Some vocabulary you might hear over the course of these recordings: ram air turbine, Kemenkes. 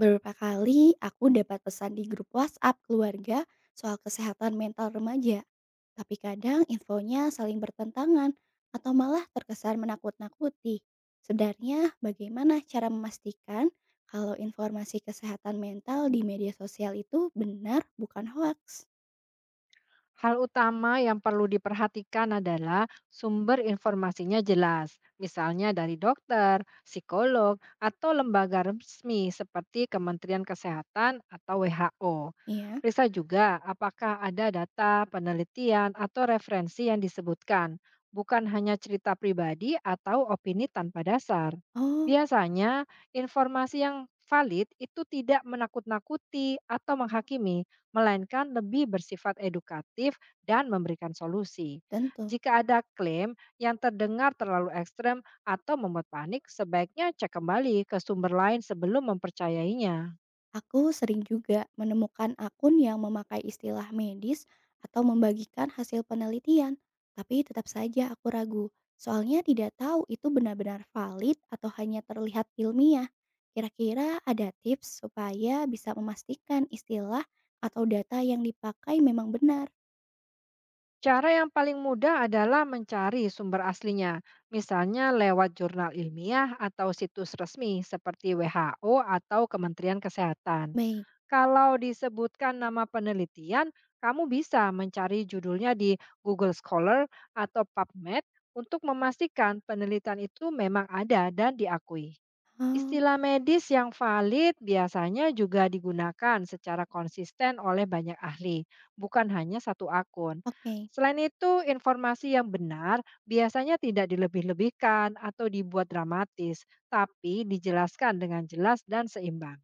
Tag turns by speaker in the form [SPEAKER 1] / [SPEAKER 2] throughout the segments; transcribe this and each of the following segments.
[SPEAKER 1] Beberapa kali aku dapat pesan di grup WhatsApp keluarga soal kesehatan mental remaja, tapi kadang infonya saling bertentangan atau malah terkesan menakut-nakuti. Sebenarnya, bagaimana cara memastikan kalau informasi kesehatan mental di media sosial itu benar, bukan hoax?
[SPEAKER 2] Hal utama yang perlu diperhatikan adalah sumber informasinya jelas, misalnya dari dokter, psikolog, atau lembaga resmi seperti Kementerian Kesehatan atau WHO.
[SPEAKER 1] Iya,
[SPEAKER 2] Periksa juga apakah ada data, penelitian, atau referensi yang disebutkan, bukan hanya cerita pribadi atau opini tanpa dasar.
[SPEAKER 1] oh,
[SPEAKER 2] Biasanya, informasi yang valid itu tidak menakut-nakuti atau menghakimi, melainkan lebih bersifat edukatif dan memberikan solusi.
[SPEAKER 1] tentu.
[SPEAKER 2] Jika ada klaim yang terdengar terlalu ekstrem atau membuat panik, sebaiknya cek kembali ke sumber lain sebelum mempercayainya.
[SPEAKER 1] Aku sering juga menemukan akun yang memakai istilah medis atau membagikan hasil penelitian, tapi tetap saja aku ragu. Soalnya tidak tahu itu benar-benar valid atau hanya terlihat ilmiah. Kira-kira ada tips supaya bisa memastikan istilah atau data yang dipakai memang benar.
[SPEAKER 2] Cara yang paling mudah adalah mencari sumber aslinya, misalnya lewat jurnal ilmiah atau situs resmi seperti WHO atau Kementerian Kesehatan.
[SPEAKER 1] Baik,
[SPEAKER 2] Kalau disebutkan nama penelitian, kamu bisa mencari judulnya di Google Scholar atau PubMed untuk memastikan penelitian itu memang ada dan diakui.
[SPEAKER 1] oh,
[SPEAKER 2] Istilah medis yang valid biasanya juga digunakan secara konsisten oleh banyak ahli, bukan hanya satu akun.
[SPEAKER 1] oke.
[SPEAKER 2] Selain itu, informasi yang benar biasanya tidak dilebih-lebihkan atau dibuat dramatis, tapi dijelaskan dengan jelas dan seimbang.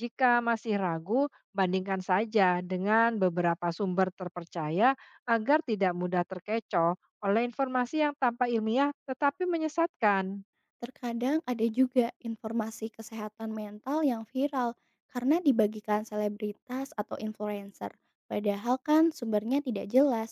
[SPEAKER 2] Jika masih ragu, bandingkan saja dengan beberapa sumber terpercaya agar tidak mudah terkecoh oleh informasi yang tanpa ilmiah tetapi menyesatkan.
[SPEAKER 1] Terkadang ada juga informasi kesehatan mental yang viral karena dibagikan selebritas atau influencer, padahal kan sumbernya tidak jelas.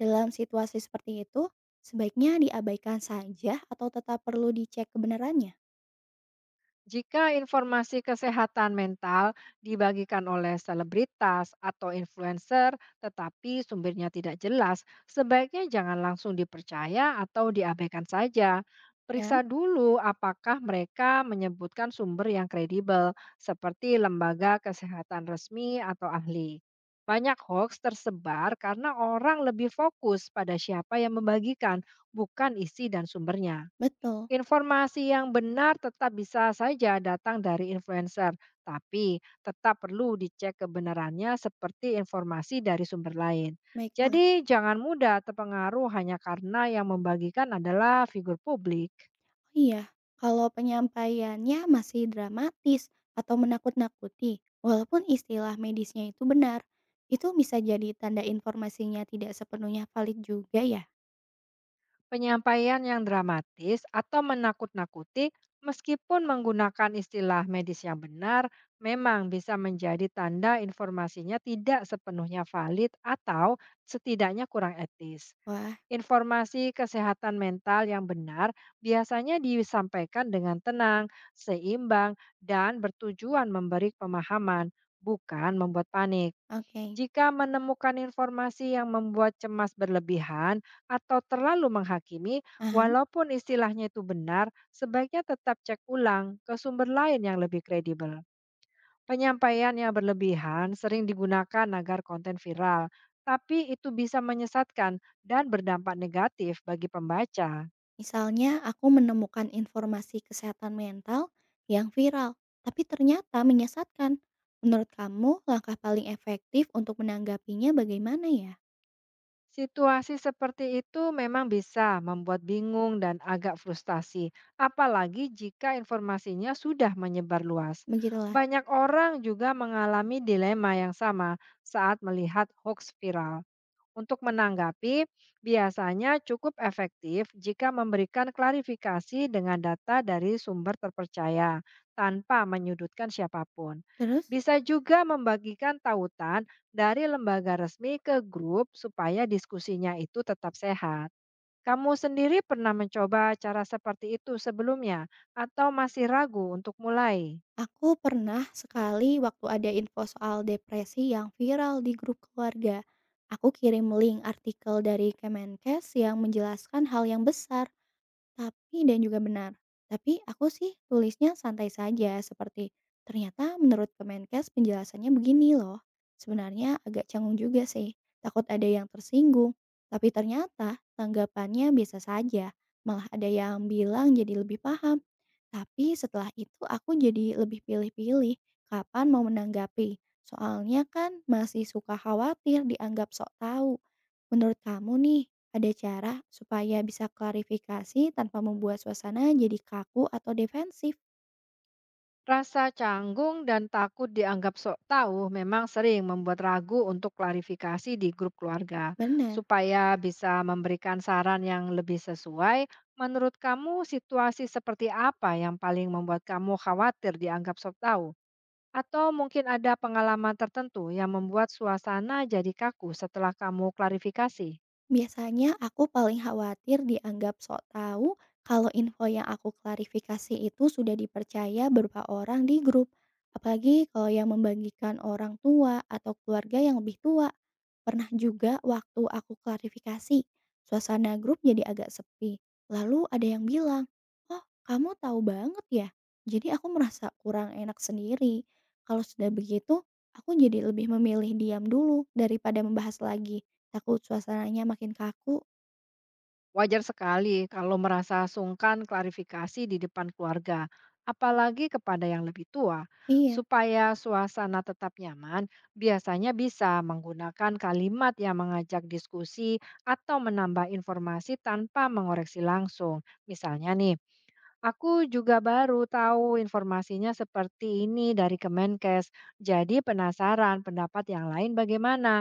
[SPEAKER 1] Dalam situasi seperti itu, sebaiknya diabaikan saja atau tetap perlu dicek kebenarannya?
[SPEAKER 2] Jika informasi kesehatan mental dibagikan oleh selebritas atau influencer, tetapi sumbernya tidak jelas, sebaiknya jangan langsung dipercaya atau diabaikan saja.
[SPEAKER 1] Ya,
[SPEAKER 2] Periksa dulu apakah mereka menyebutkan sumber yang kredibel, seperti lembaga kesehatan resmi atau ahli. Banyak hoax tersebar karena orang lebih fokus pada siapa yang membagikan, bukan isi dan sumbernya.
[SPEAKER 1] betul,
[SPEAKER 2] Informasi yang benar tetap bisa saja datang dari influencer, tapi tetap perlu dicek kebenarannya seperti informasi dari sumber lain.
[SPEAKER 1] baiklah.
[SPEAKER 2] Jadi jangan mudah terpengaruh hanya karena yang membagikan adalah figur publik.
[SPEAKER 1] Oh iya, kalau penyampaiannya masih dramatis atau menakut-nakuti, walaupun istilah medisnya itu benar, itu bisa jadi tanda informasinya tidak sepenuhnya valid juga ya?
[SPEAKER 2] Penyampaian yang dramatis atau menakut-nakuti meskipun menggunakan istilah medis yang benar memang bisa menjadi tanda informasinya tidak sepenuhnya valid atau setidaknya kurang etis.
[SPEAKER 1] Wah,
[SPEAKER 2] Informasi kesehatan mental yang benar biasanya disampaikan dengan tenang, seimbang, dan bertujuan memberi pemahaman, bukan membuat panik.
[SPEAKER 1] oke,
[SPEAKER 2] Jika menemukan informasi yang membuat cemas berlebihan atau terlalu menghakimi,
[SPEAKER 1] paham.
[SPEAKER 2] walaupun istilahnya itu benar, sebaiknya tetap cek ulang ke sumber lain yang lebih kredibel. Penyampaian yang berlebihan sering digunakan agar konten viral, tapi itu bisa menyesatkan dan berdampak negatif bagi pembaca.
[SPEAKER 1] Misalnya aku menemukan informasi kesehatan mental yang viral, tapi ternyata menyesatkan. Menurut kamu, langkah paling efektif untuk menanggapinya bagaimana ya?
[SPEAKER 2] Situasi seperti itu memang bisa membuat bingung dan agak frustasi, apalagi jika informasinya sudah menyebar luas.
[SPEAKER 1] Begitulah.
[SPEAKER 2] Banyak orang juga mengalami dilema yang sama saat melihat hoax viral. Untuk menanggapi, biasanya cukup efektif jika memberikan klarifikasi dengan data dari sumber terpercaya tanpa menyudutkan siapapun.
[SPEAKER 1] Terus,
[SPEAKER 2] Bisa juga membagikan tautan dari lembaga resmi ke grup supaya diskusinya itu tetap sehat. Kamu sendiri pernah mencoba cara seperti itu sebelumnya, atau masih ragu untuk mulai?
[SPEAKER 1] aku pernah sekali waktu ada info soal depresi yang viral di grup keluarga. Aku kirim link artikel dari Kemenkes yang menjelaskan hal yang besar. Tapi dan juga benar. Tapi aku sih tulisnya santai saja seperti, "Ternyata menurut Kemenkes penjelasannya begini loh." Sebenarnya agak canggung juga sih, takut ada yang tersinggung. Tapi ternyata tanggapannya biasa saja, malah ada yang bilang jadi lebih paham. Tapi setelah itu aku jadi lebih pilih-pilih kapan mau menanggapi, soalnya kan masih suka khawatir dianggap sok tahu. Menurut kamu nih, ada cara supaya bisa klarifikasi tanpa membuat suasana jadi kaku atau defensif?
[SPEAKER 2] Rasa canggung dan takut dianggap sok tahu memang sering membuat ragu untuk klarifikasi di grup keluarga.
[SPEAKER 1] Benar.
[SPEAKER 2] Supaya bisa memberikan saran yang lebih sesuai, menurut kamu situasi seperti apa yang paling membuat kamu khawatir dianggap sok tahu? Atau mungkin ada pengalaman tertentu yang membuat suasana jadi kaku setelah kamu klarifikasi?
[SPEAKER 1] Biasanya aku paling khawatir dianggap sok tahu kalau info yang aku klarifikasi itu sudah dipercaya beberapa orang di grup. Apalagi kalau yang membagikan orang tua atau keluarga yang lebih tua. Pernah juga waktu aku klarifikasi, suasana grup jadi agak sepi. Lalu ada yang bilang, oh kamu tahu banget ya? Jadi aku merasa kurang enak sendiri. Kalau sudah begitu, aku jadi lebih memilih diam dulu daripada membahas lagi. Takut suasananya makin kaku.
[SPEAKER 2] Wajar sekali kalau merasa sungkan klarifikasi di depan keluarga, apalagi kepada yang lebih tua.
[SPEAKER 1] Iya,
[SPEAKER 2] Supaya suasana tetap nyaman, biasanya bisa menggunakan kalimat yang mengajak diskusi atau menambah informasi tanpa mengoreksi langsung. Misalnya nih, aku juga baru tahu informasinya seperti ini dari Kemenkes. Jadi penasaran pendapat yang lain bagaimana.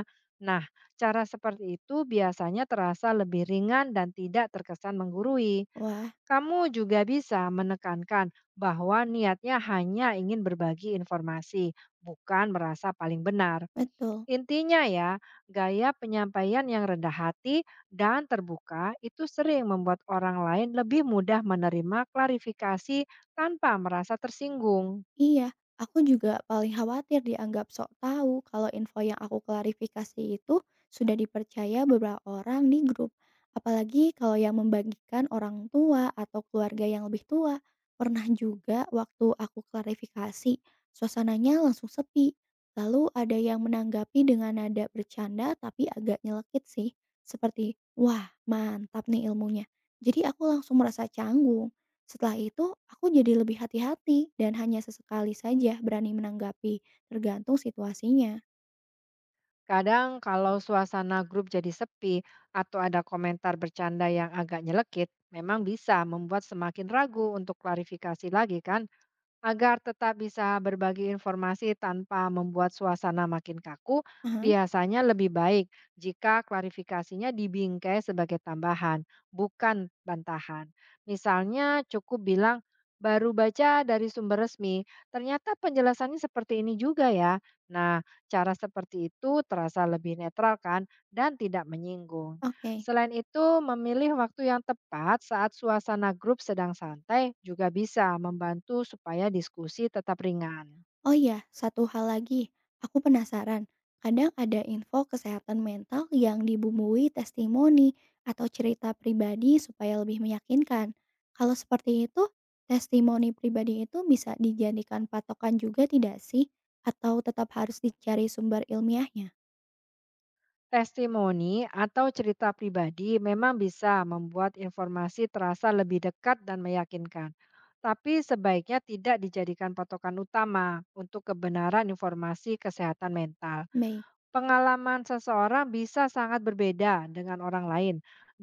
[SPEAKER 2] Nah, cara seperti itu biasanya terasa lebih ringan dan tidak terkesan menggurui.
[SPEAKER 1] wah,
[SPEAKER 2] Kamu juga bisa menekankan bahwa niatnya hanya ingin berbagi informasi, bukan merasa paling benar.
[SPEAKER 1] betul.
[SPEAKER 2] Intinya ya, gaya penyampaian yang rendah hati dan terbuka itu sering membuat orang lain lebih mudah menerima klarifikasi tanpa merasa tersinggung.
[SPEAKER 1] Iya, aku juga paling khawatir dianggap sok tahu kalau info yang aku klarifikasi itu sudah dipercaya beberapa orang di grup. Apalagi kalau yang membagikan orang tua atau keluarga yang lebih tua. Pernah juga waktu aku klarifikasi, suasananya langsung sepi. Lalu ada yang menanggapi dengan nada bercanda tapi agak nyelekit sih. Seperti, wah mantap nih ilmunya. Jadi aku langsung merasa canggung. Setelah itu, aku jadi lebih hati-hati dan hanya sesekali saja berani menanggapi, tergantung situasinya.
[SPEAKER 2] Kadang kalau suasana grup jadi sepi atau ada komentar bercanda yang agak nyelekit, memang bisa membuat semakin ragu untuk klarifikasi lagi kan? Agar tetap bisa berbagi informasi tanpa membuat suasana makin kaku,
[SPEAKER 1] Ah,
[SPEAKER 2] biasanya lebih baik jika klarifikasinya dibingkai sebagai tambahan, bukan bantahan. Misalnya cukup bilang, baru baca dari sumber resmi, ternyata penjelasannya seperti ini juga ya. Nah, cara seperti itu terasa lebih netral kan dan tidak menyinggung.
[SPEAKER 1] oke.
[SPEAKER 2] Selain itu, memilih waktu yang tepat saat suasana grup sedang santai juga bisa membantu supaya diskusi tetap ringan.
[SPEAKER 1] Oh iya, satu hal lagi, aku penasaran. Kadang ada info kesehatan mental yang dibumbui testimoni atau cerita pribadi supaya lebih meyakinkan. Kalau seperti itu, testimoni pribadi itu bisa dijadikan patokan juga tidak sih? Atau tetap harus dicari sumber ilmiahnya?
[SPEAKER 2] Testimoni atau cerita pribadi memang bisa membuat informasi terasa lebih dekat dan meyakinkan, tapi sebaiknya tidak dijadikan patokan utama untuk kebenaran informasi kesehatan mental.
[SPEAKER 1] Baik,
[SPEAKER 2] Pengalaman seseorang bisa sangat berbeda dengan orang lain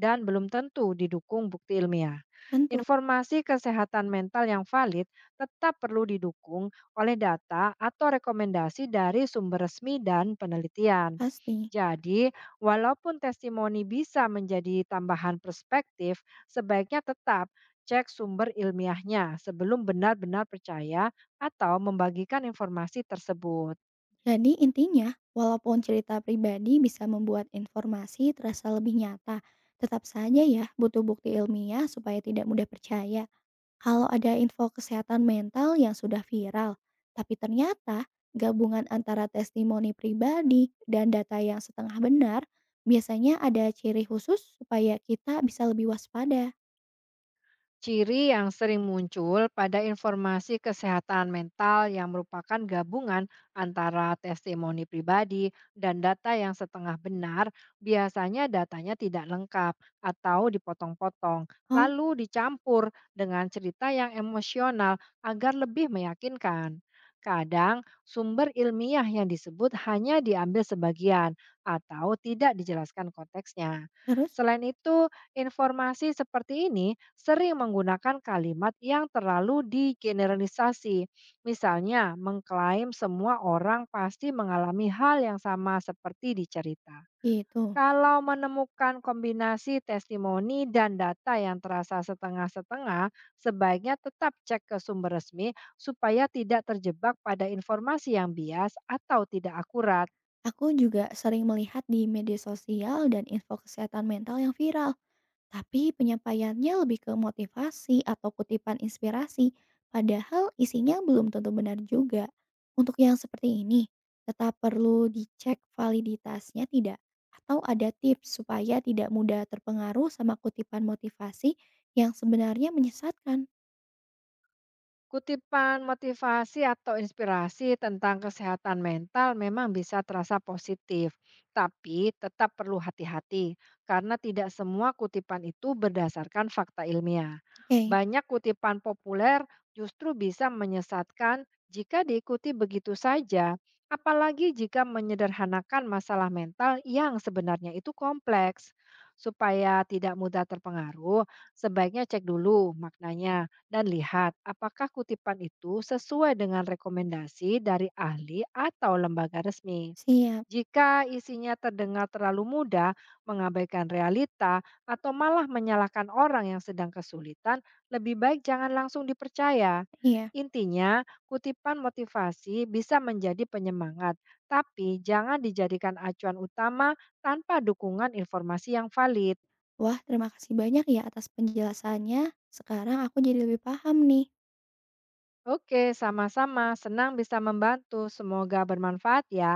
[SPEAKER 2] dan belum tentu didukung bukti ilmiah.
[SPEAKER 1] tentu,
[SPEAKER 2] Informasi kesehatan mental yang valid tetap perlu didukung oleh data atau rekomendasi dari sumber resmi dan penelitian.
[SPEAKER 1] pasti.
[SPEAKER 2] Jadi, walaupun testimoni bisa menjadi tambahan perspektif, sebaiknya tetap cek sumber ilmiahnya sebelum benar-benar percaya atau membagikan informasi tersebut.
[SPEAKER 1] Jadi intinya, walaupun cerita pribadi bisa membuat informasi terasa lebih nyata, tetap saja ya butuh bukti ilmiah supaya tidak mudah percaya. Kalau ada info kesehatan mental yang sudah viral, tapi ternyata gabungan antara testimoni pribadi dan data yang setengah benar, biasanya ada ciri khusus supaya kita bisa lebih waspada.
[SPEAKER 2] Ciri yang sering muncul pada informasi kesehatan mental yang merupakan gabungan antara testimoni pribadi dan data yang setengah benar, biasanya datanya tidak lengkap atau dipotong-potong,
[SPEAKER 1] Oh,
[SPEAKER 2] lalu dicampur dengan cerita yang emosional agar lebih meyakinkan. Kadang sumber ilmiah yang disebut hanya diambil sebagian atau tidak dijelaskan konteksnya.
[SPEAKER 1] terus?
[SPEAKER 2] Selain itu, informasi seperti ini sering menggunakan kalimat yang terlalu digeneralisasi. Misalnya, mengklaim semua orang pasti mengalami hal yang sama seperti di cerita.
[SPEAKER 1] Gitu.
[SPEAKER 2] Kalau menemukan kombinasi testimoni dan data yang terasa setengah-setengah, sebaiknya tetap cek ke sumber resmi supaya tidak terjebak pada informasi yang bias atau tidak akurat.
[SPEAKER 1] Aku juga sering melihat di media sosial dan info kesehatan mental yang viral, tapi penyampaiannya lebih ke motivasi atau kutipan inspirasi, padahal isinya belum tentu benar juga. Untuk yang seperti ini, tetap perlu dicek validitasnya tidak? Atau ada tips supaya tidak mudah terpengaruh sama kutipan motivasi yang sebenarnya menyesatkan?
[SPEAKER 2] Kutipan motivasi atau inspirasi tentang kesehatan mental memang bisa terasa positif, tapi tetap perlu hati-hati karena tidak semua kutipan itu berdasarkan fakta ilmiah.
[SPEAKER 1] Oke,
[SPEAKER 2] Banyak kutipan populer justru bisa menyesatkan jika diikuti begitu saja, apalagi jika menyederhanakan masalah mental yang sebenarnya itu kompleks. Supaya tidak mudah terpengaruh, sebaiknya cek dulu maknanya dan lihat apakah kutipan itu sesuai dengan rekomendasi dari ahli atau lembaga resmi.
[SPEAKER 1] siap.
[SPEAKER 2] Jika isinya terdengar terlalu mudah, mengabaikan realita, atau malah menyalahkan orang yang sedang kesulitan, lebih baik jangan langsung dipercaya.
[SPEAKER 1] Iya.
[SPEAKER 2] Intinya, kutipan motivasi bisa menjadi penyemangat, tapi jangan dijadikan acuan utama tanpa dukungan informasi yang valid.
[SPEAKER 1] Wah, terima kasih banyak ya atas penjelasannya. Sekarang aku jadi lebih paham nih.
[SPEAKER 2] Oke, sama-sama. Senang bisa membantu. Semoga bermanfaat ya.